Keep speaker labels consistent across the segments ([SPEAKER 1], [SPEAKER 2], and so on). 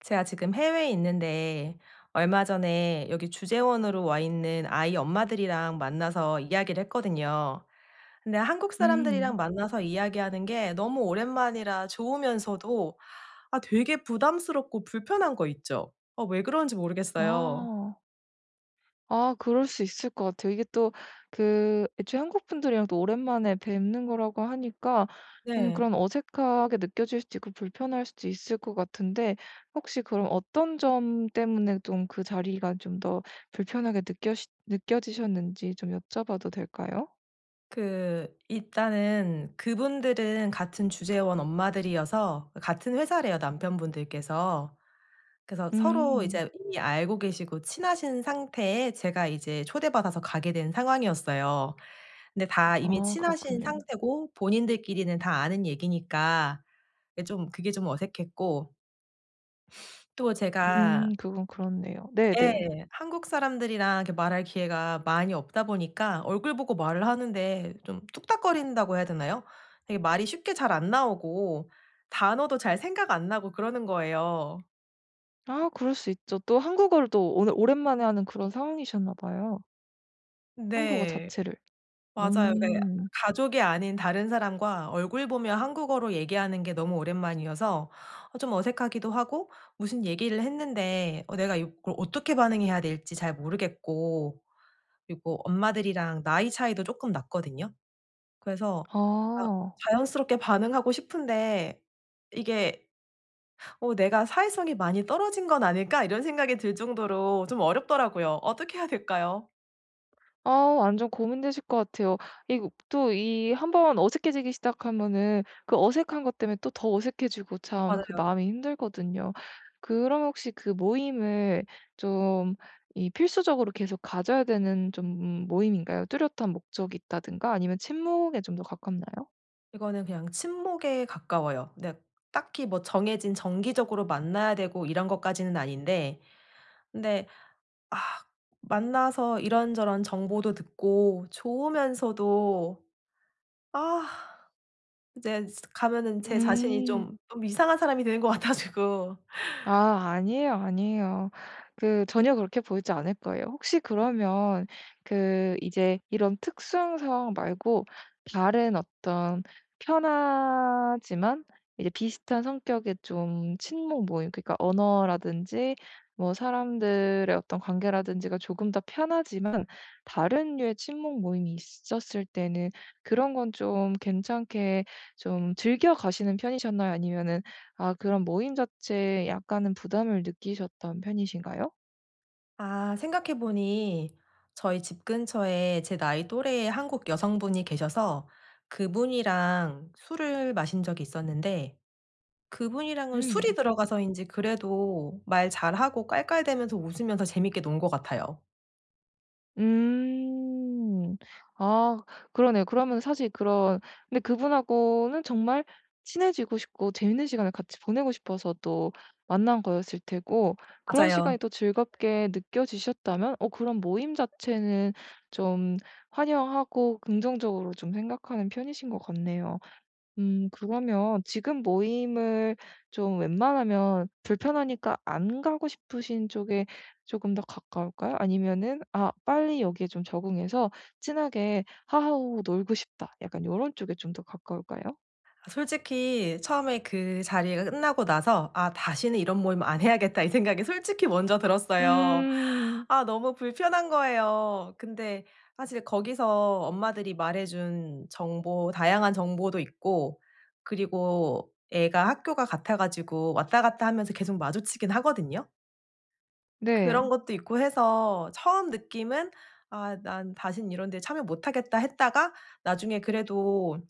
[SPEAKER 1] 제가 지금 해외에 있는데 얼마 전에 여기 주재원으로 와 있는 아이 엄마들이랑 만나서 이야기를 했거든요. 근데 한국 사람들이랑
[SPEAKER 2] 음.
[SPEAKER 1] 만나서 이야기하는 게 너무 오랜만이라 좋으면서도 아 되게 부담스럽고 불편한 거 있죠. 왜 그런지 모르겠어요.
[SPEAKER 2] 아. 아 그럴 수 있을 것 같아요. 이게 또 그 애초에 한국 분들이랑 또 오랜만에 뵙는 거라고 하니까
[SPEAKER 1] 네.
[SPEAKER 2] 그런 어색하게 느껴질 수도 있고 불편할 수도 있을 것 같은데, 혹시 그럼 어떤 점 때문에 좀 그 자리가 좀 더 불편하게 느껴지셨는지 좀 여쭤봐도 될까요?
[SPEAKER 1] 그 일단은 그분들은 같은 주재원 엄마들이어서 같은 회사래요, 남편분들께서. 그래서 서로
[SPEAKER 2] 음.
[SPEAKER 1] 이제 이미 알고 계시고 친하신 상태에 제가 이제 초대받아서 가게 된 상황이었어요. 근데 다 이미
[SPEAKER 2] 아
[SPEAKER 1] 친하신
[SPEAKER 2] 그렇군요.
[SPEAKER 1] 상태고 본인들끼리는 다 아는 얘기니까 게좀 그게 좀 어색했고 또 제가.
[SPEAKER 2] 그건 그렇네요.
[SPEAKER 1] 예.
[SPEAKER 2] 네네.
[SPEAKER 1] 한국 사람들이랑 이렇게 말할 기회가 많이 없다 보니까 얼굴 보고 말을 하는데 좀 뚝딱거린다고 해야 되나요? 되게 말이 쉽게 잘 안 나오고 단어도 잘 생각 안 나고 그러는 거예요.
[SPEAKER 2] 아 그럴 수 있죠. 또 한국어를 또 오늘 오랜만에 하는 그런 상황이셨나 봐요, 한국어
[SPEAKER 1] 네.
[SPEAKER 2] 자체를.
[SPEAKER 1] 맞아요. 그러니까
[SPEAKER 2] 음.
[SPEAKER 1] 가족이 아닌 다른 사람과 얼굴 보며 한국어로 얘기하는 게 너무 오랜만이어서 좀 어색하기도 하고, 무슨 얘기를 했는데 내가 이걸 어떻게 반응해야 될지 잘 모르겠고, 그리고 엄마들이랑 나이 차이도 쪼끔 났거든요. 그래서 아
[SPEAKER 2] 아.
[SPEAKER 1] 자연스럽게 반응하고 싶은데 이게 '어 내가 사회성이 많이 떨어진 건 아닐까?' 이런 생각이 들 정도로 좀 어렵더라고요. 어떻게 해야 될까요?
[SPEAKER 2] 아 완전 고민되실 것 같아요. 이거 또 이 한 번 어색해지기 시작하면은 그 어색한 것 때문에 또 더 어색해지고 참 그
[SPEAKER 1] 맞아요.
[SPEAKER 2] 마음이 힘들거든요. 그럼 혹시 그 모임을 좀 이 필수적으로 계속 가져야 되는 좀 모임인가요? 뚜렷한 목적이 있다든가 아니면 친목에 좀 더 가깝나요?
[SPEAKER 1] 이거는 그냥 친목에 가까워요. 근데 딱히 뭐 정해진, 정기적으로 만나야 되고 이런 것까지는 아닌데, 근데 아 만나서 이런저런 정보도 듣고 좋으면서도, 아 이제 가면은 제 자신이
[SPEAKER 2] 음.
[SPEAKER 1] 좀 이상한 사람이 되는 것 같아 가지고.
[SPEAKER 2] 아 아니에요, 아니에요. 그 전혀 그렇게 보이지 않을 거예요. 혹시 그러면 그 이제 이런 특수한 상황 말고 다른 어떤 편하지만 이제 비슷한 성격의 좀 친목 모임, 그러니까 언어라든지 뭐 사람들의 어떤 관계라든지가 조금 더 편하지만 다른 류의 친목 모임이 있었을 때는 그런 건 좀 괜찮게 좀 즐겨 가시는 편이셨나요? 아니면은 아 그럼 모임 자체에 약간은 부담을 느끼셨던 편이신가요?
[SPEAKER 1] 아 생각해 보니 저희 집 근처에 제 나이 또래의 한국 여성분이 계셔서 그분이랑 술을 마신 적이 있었는데, 그분이랑은 술이
[SPEAKER 2] 네.
[SPEAKER 1] 들어가서인지 그래도 말 잘하고 깔깔대면서 웃으면서 재밌게 논 것 같아요.
[SPEAKER 2] 음. 아 그러네요. 그러면 사실 그런, 근데 그분하고는 정말 친해지고 싶고 재밌는 시간을 같이 보내고 싶어서 또 만난 거였을 테고, 그런
[SPEAKER 1] 맞아요.
[SPEAKER 2] 시간이 또 즐겁게 느껴지셨다면 어 그런 모임 자체는 좀 환영하고 긍정적으로 좀 생각하는 편이신 것 같네요. 그러면 지금 모임을 좀 웬만하면 불편하니까 안 가고 싶으신 쪽에 조금 더 가까울까요? 아니면은 '아 빨리 여기에 좀 적응해서 친하게 하하호 놀고 싶다.' 약간 요런 쪽에 좀 더 가까울까요?
[SPEAKER 1] 솔직히 처음에 그 자리가 끝나고 나서 '아 다시는 이런 모임 안 해야겠다.' 이 생각이 솔직히 먼저 들었어요.
[SPEAKER 2] 음.
[SPEAKER 1] 아 너무 불편한 거예요. 근데 사실 거기서 엄마들이 말해 준 정보, 다양한 정보도 있고, 그리고 애가 학교가 같아 가지고 왔다 갔다 하면서 계속 마주치긴 하거든요.
[SPEAKER 2] 네.
[SPEAKER 1] 그런 것도 있고 해서 처음 느낌은 '아 난 다신 이런 데 참여 못 하겠다.' 했다가, 나중에 그래도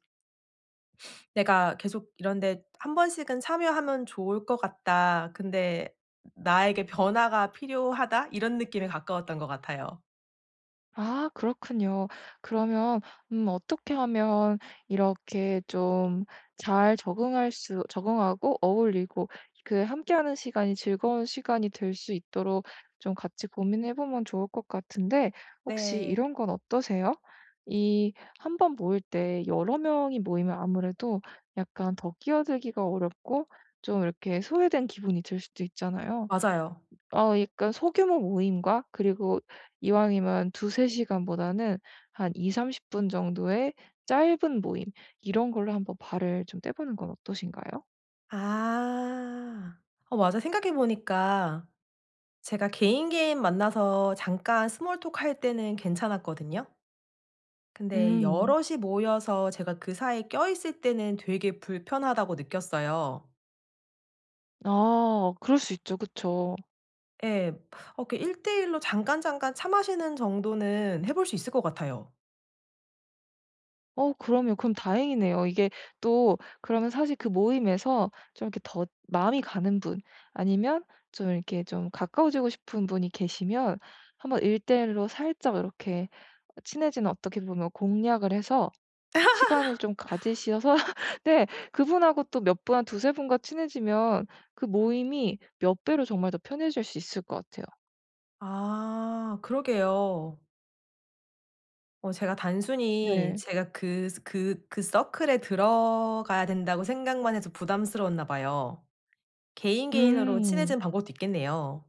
[SPEAKER 1] '내가 계속 이런 데 한 번씩은 참여하면 좋을 것 같다. 근데 나에게 변화가 필요하다.' 이런 느낌에 가까웠던 것 같아요.
[SPEAKER 2] 아 그렇군요. 그러면 어떻게 하면 이렇게 좀 잘 적응할 수 적응하고 어울리고 그 함께하는 시간이 즐거운 시간이 될 수 있도록 좀 같이 고민해 보면 좋을 것 같은데, 혹시
[SPEAKER 1] 네.
[SPEAKER 2] 이런 건 어떠세요? 이 한 번 모일 때 여러 명이 모이면 아무래도 약간 더 끼어들기가 어렵고 좀 이렇게 소외된 기분이 들 수도 있잖아요.
[SPEAKER 1] 맞아요.
[SPEAKER 2] 어 약간 소규모 모임과 그리고 이왕이면 2-3 시간보다는 한2삼3 0분 정도의 짧은 모임, 이런 걸로 한번 발을 좀 떼보는 건 어떠신가요?
[SPEAKER 1] 아. 어 맞아. 생각해 보니까 제가 개인 개인 만나서 잠깐 스몰 톡 할 때는 괜찮았거든요. 근데
[SPEAKER 2] 음.
[SPEAKER 1] 여럿이 모여서 제가 그 사이에 껴있을 때는 되게 불편하다고 느꼈어요.
[SPEAKER 2] 아 그럴 수 있죠. 그쵸.
[SPEAKER 1] 예. 그 1대1로 잠깐 잠깐 차 마시는 정도는 해볼 수 있을 것 같아요.
[SPEAKER 2] 어 그럼요. 그럼 다행이네요. 이게 또 그러면 사실 그 모임에서 좀 이렇게 더 마음이 가는 분 아니면 좀 이렇게 좀 가까워지고 싶은 분이 계시면 한번 1대1로 살짝 이렇게 친해지는, 어떻게 보면 공략을 해서 시간을 좀 가지셔서 네 그분하고 또 몇 분한 두세 분과 친해지면 그 모임이 몇 배로 정말 더 편해질 수 있을 것 같아요.
[SPEAKER 1] 아 그러게요. 제가 단순히
[SPEAKER 2] 네.
[SPEAKER 1] 제가 그 서클에 들어가야 된다고 생각만 해서 부담스러웠나 봐요. 개인 개인으로
[SPEAKER 2] 음.
[SPEAKER 1] 친해지는 방법도 있겠네요.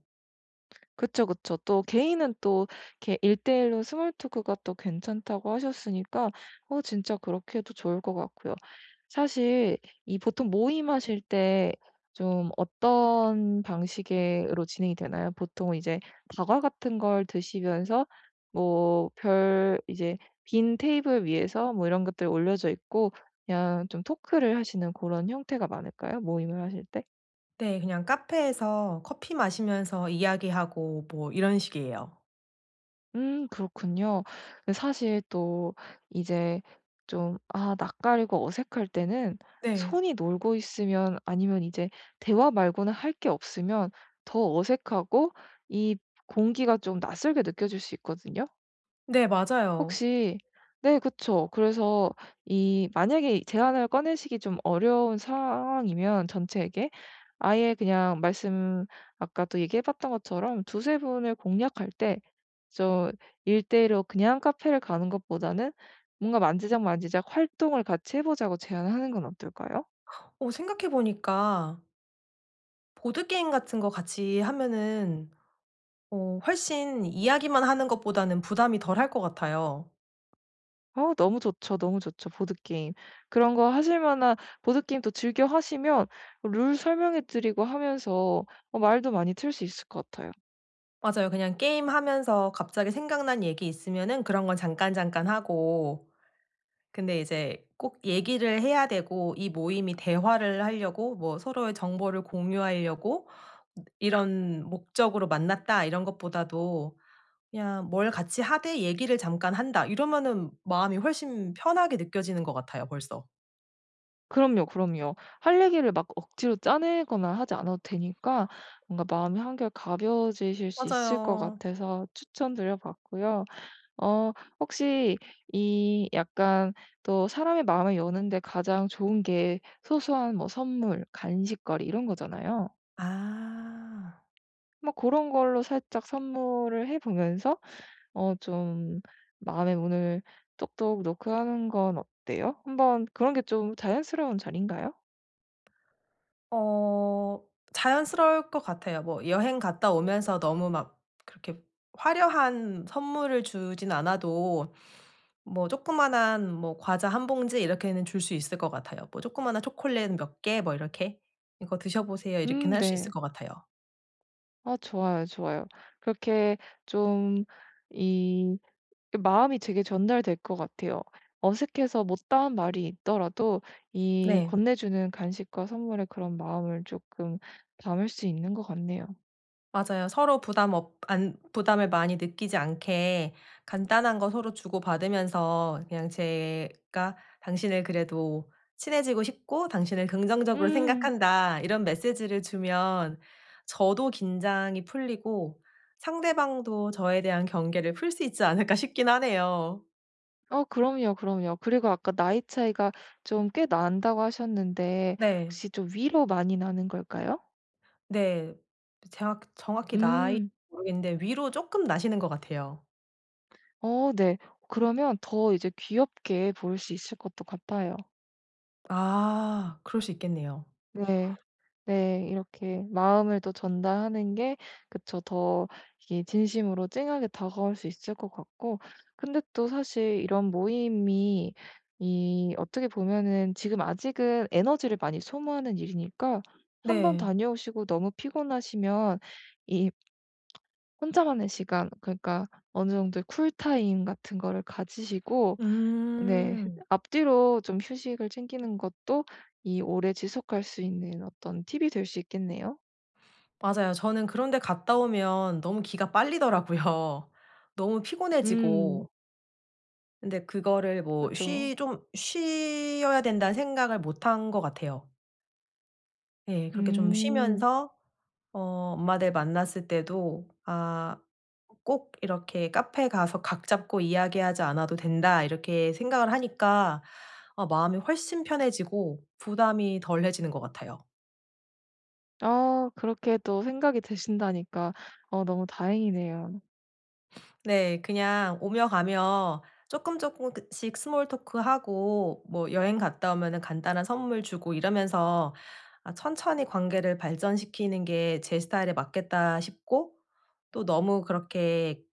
[SPEAKER 2] 그쵸, 그쵸. 또 개인은 또 이렇게 1 대1로 스몰 토크가 또 괜찮다고 하셨으니까 어 진짜 그렇게 해도 좋을 것 같고요. 사실 이 보통 모임하실 때 좀 어떤 방식으로 진행이 되나요? 보통 이제 다과 같은 걸 드시면서 뭐 별 이제 빈 테이블 위에서 뭐 이런 것들 올려져 있고 그냥 좀 토크를 하시는 그런 형태가 많을까요? 모임을 하실 때?
[SPEAKER 1] 네. 그냥 카페에서 커피 마시면서 이야기하고 뭐 이런 식이에요.
[SPEAKER 2] 그렇군요. 그 사실 또 이제 좀 아 낯가리고 어색할 때는
[SPEAKER 1] 네.
[SPEAKER 2] 손이 놀고 있으면 아니면 이제 대화 말고는 할 게 없으면 더 어색하고 이 공기가 좀 낯설게 느껴질 수 있거든요.
[SPEAKER 1] 네, 맞아요.
[SPEAKER 2] 혹시 네 그쵸. 그래서 이 만약에 이 제안을 꺼내시기 좀 어려운 상황이면 전체에게 아예 그냥 말씀 아까 또 얘기해 봤던 것처럼 두세 분을 공략할 때 저 일대로 그냥 카페를 가는 것보다는 뭔가 만지작만지작 활동을 같이 해 보자고 제안하는 건 어떨까요?
[SPEAKER 1] 생각해 보니까 보드게임 같은 거 같이 하면은 훨씬 이야기만 하는 것보다는 부담이 덜 할 것 같아요.
[SPEAKER 2] 어 너무 좋죠, 너무 좋죠. 보드게임. 그런 거 하실 만한 보드게임 또 즐겨 하시면 룰 설명해 드리고 하면서 어 말도 많이 틀 수 있을 것 같아요.
[SPEAKER 1] 맞아요. 그냥 게임하면서 갑자기 생각난 얘기 있으면은 그런 건 잠깐잠깐 하고, 근데 이제 꼭 얘기를 해야 되고, 이 모임이 대화를 하려고, 뭐 서로의 정보를 공유하려고 이런 목적으로 만났다, 이런 것보다도 그냥 뭘 같이 하되 얘기를 잠깐 한다 이러면은 마음이 훨씬 편하게 느껴지는 것 같아요 벌써.
[SPEAKER 2] 그럼요, 그럼요. 할 얘기를 막 억지로 짜내거나 하지 않아도 되니까 뭔가 마음이 한결 가벼워지실 수 있을 것
[SPEAKER 1] 맞아요.
[SPEAKER 2] 같아서 추천드려 봤고요. 어 혹시 이 약간 또 사람의 마음을 여는데 가장 좋은 게 소소한 뭐 선물, 간식거리 이런 거잖아요.
[SPEAKER 1] 아.
[SPEAKER 2] 뭐 그런 걸로 살짝 선물을 해 보면서 어 좀 마음의 문을 똑똑 노크하는 건 어때요? 한번 그런 게 좀 자연스러운 자리인가요?
[SPEAKER 1] 어 자연스러울 것 같아요. 뭐 여행 갔다 오면서 너무 막 그렇게 화려한 선물을 주진 않아도, 뭐 조그마한 뭐 과자 한 봉지 이렇게는 줄 수 있을 것 같아요. 뭐 조그마한 초콜릿 몇 개 뭐 이렇게 "이거 드셔 보세요." 이렇게는 할 수 있을
[SPEAKER 2] 네.
[SPEAKER 1] 것 같아요.
[SPEAKER 2] 아 좋아요, 좋아요. 그렇게 좀이 그 마음이 되게 전달될 것 같아요. 어색해서 못다한 말이 있더라도 이
[SPEAKER 1] 네.
[SPEAKER 2] 건네주는 간식과 선물의 그런 마음을 조금 담을 수 있는 것 같네요.
[SPEAKER 1] 맞아요. 서로 부담 없 안 부담을 많이 느끼지 않게 간단한 거 서로 주고받으면서 그냥 제가 "당신을 그래도 친해지고 싶고 당신을 긍정적으로
[SPEAKER 2] 음.
[SPEAKER 1] 생각한다." 이런 메시지를 주면 저도 긴장이 풀리고 상대방도 저에 대한 경계를 풀 수 있지 않을까 싶긴 하네요.
[SPEAKER 2] 어 그럼요, 그럼요. 그리고 아까 나이 차이가 좀 꽤 난다고 하셨는데
[SPEAKER 1] 네.
[SPEAKER 2] 혹시 좀 위로 많이 나는 걸까요?
[SPEAKER 1] 네. 정확히 나이
[SPEAKER 2] 음.
[SPEAKER 1] 모르겠는데, 위로 조금 나시는 것 같아요.
[SPEAKER 2] 어 네. 그러면 더 이제 귀엽게 보일 수 있을 것도 같아요.
[SPEAKER 1] 아 그럴 수 있겠네요.
[SPEAKER 2] 네. 네. 이렇게 마음을 또 전달하는 게 그쵸. 더 이게 진심으로 찡하게 다가올 수 있을 것 같고, 근데 또 사실 이런 모임이 이 어떻게 보면은 지금 아직은 에너지를 많이 소모하는 일이니까 한 번
[SPEAKER 1] 네.
[SPEAKER 2] 다녀오시고 너무 피곤하시면 이 혼자만의 시간, 그러니까 어느 정도의 쿨타임 같은 거를 가지시고 네.
[SPEAKER 1] 음.
[SPEAKER 2] 앞뒤로 좀 휴식을 챙기는 것도 이 오래 지속할 수 있는 어떤 팁이 될 수 있겠네요.
[SPEAKER 1] 맞아요. 저는 그런 데 갔다 오면 너무 기가 빨리더라고요. 너무
[SPEAKER 2] 음.
[SPEAKER 1] 피곤해지고. 근데 그거를 뭐
[SPEAKER 2] 그쵸.
[SPEAKER 1] 쉬 좀 쉬어야 된다는 생각을 못 한 것 같아요. 예. 그렇게 좀
[SPEAKER 2] 음.
[SPEAKER 1] 쉬면서 어 엄마들 만났을 때도 '아 꼭 이렇게 카페 가서 각 잡고 이야기하지 않아도 된다.' 이렇게 생각을 하니까 아 마음이 훨씬 편해지고 부담이 덜해지는 것 같아요.
[SPEAKER 2] 아 그렇게 또 생각이 드신다니까 어 너무 다행이네요.
[SPEAKER 1] 네. 그냥 오며 가며 조금씩 스몰 토크하고, 뭐 여행 갔다 오면은 간단한 선물 주고 이러면서 아 천천히 관계를 발전시키는 게 제 스타일에 맞겠다 싶고, 또 너무 그렇게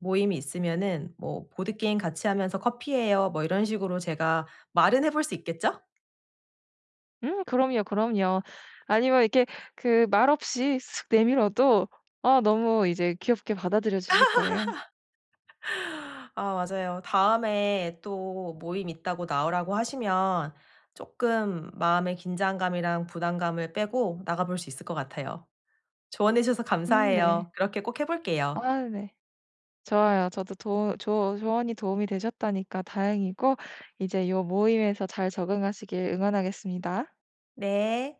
[SPEAKER 1] 모임이 있으면은 뭐 "보드게임 같이 하면서 커피해요." 뭐 이런 식으로 제가 말은 해볼 수 있겠죠?
[SPEAKER 2] 그럼요, 그럼요. 아니면 이렇게 그 말없이 쓱 내밀어도 아 너무 이제 귀엽게 받아들여 주실 거예요.
[SPEAKER 1] 아 맞아요. 다음에 또 모임 있다고 나오라고 하시면 조금 마음의 긴장감이랑 부담감을 빼고 나가볼 수 있을 것 같아요. 조언해 주셔서
[SPEAKER 2] 네.
[SPEAKER 1] 감사해요. 그렇게 꼭 해 볼게요.
[SPEAKER 2] 아 네. 좋아요. 저도 도 조 조언이 도움이 되셨다니까 다행이고, 이제 요 모임에서 잘 적응하시길 응원하겠습니다.
[SPEAKER 1] 네.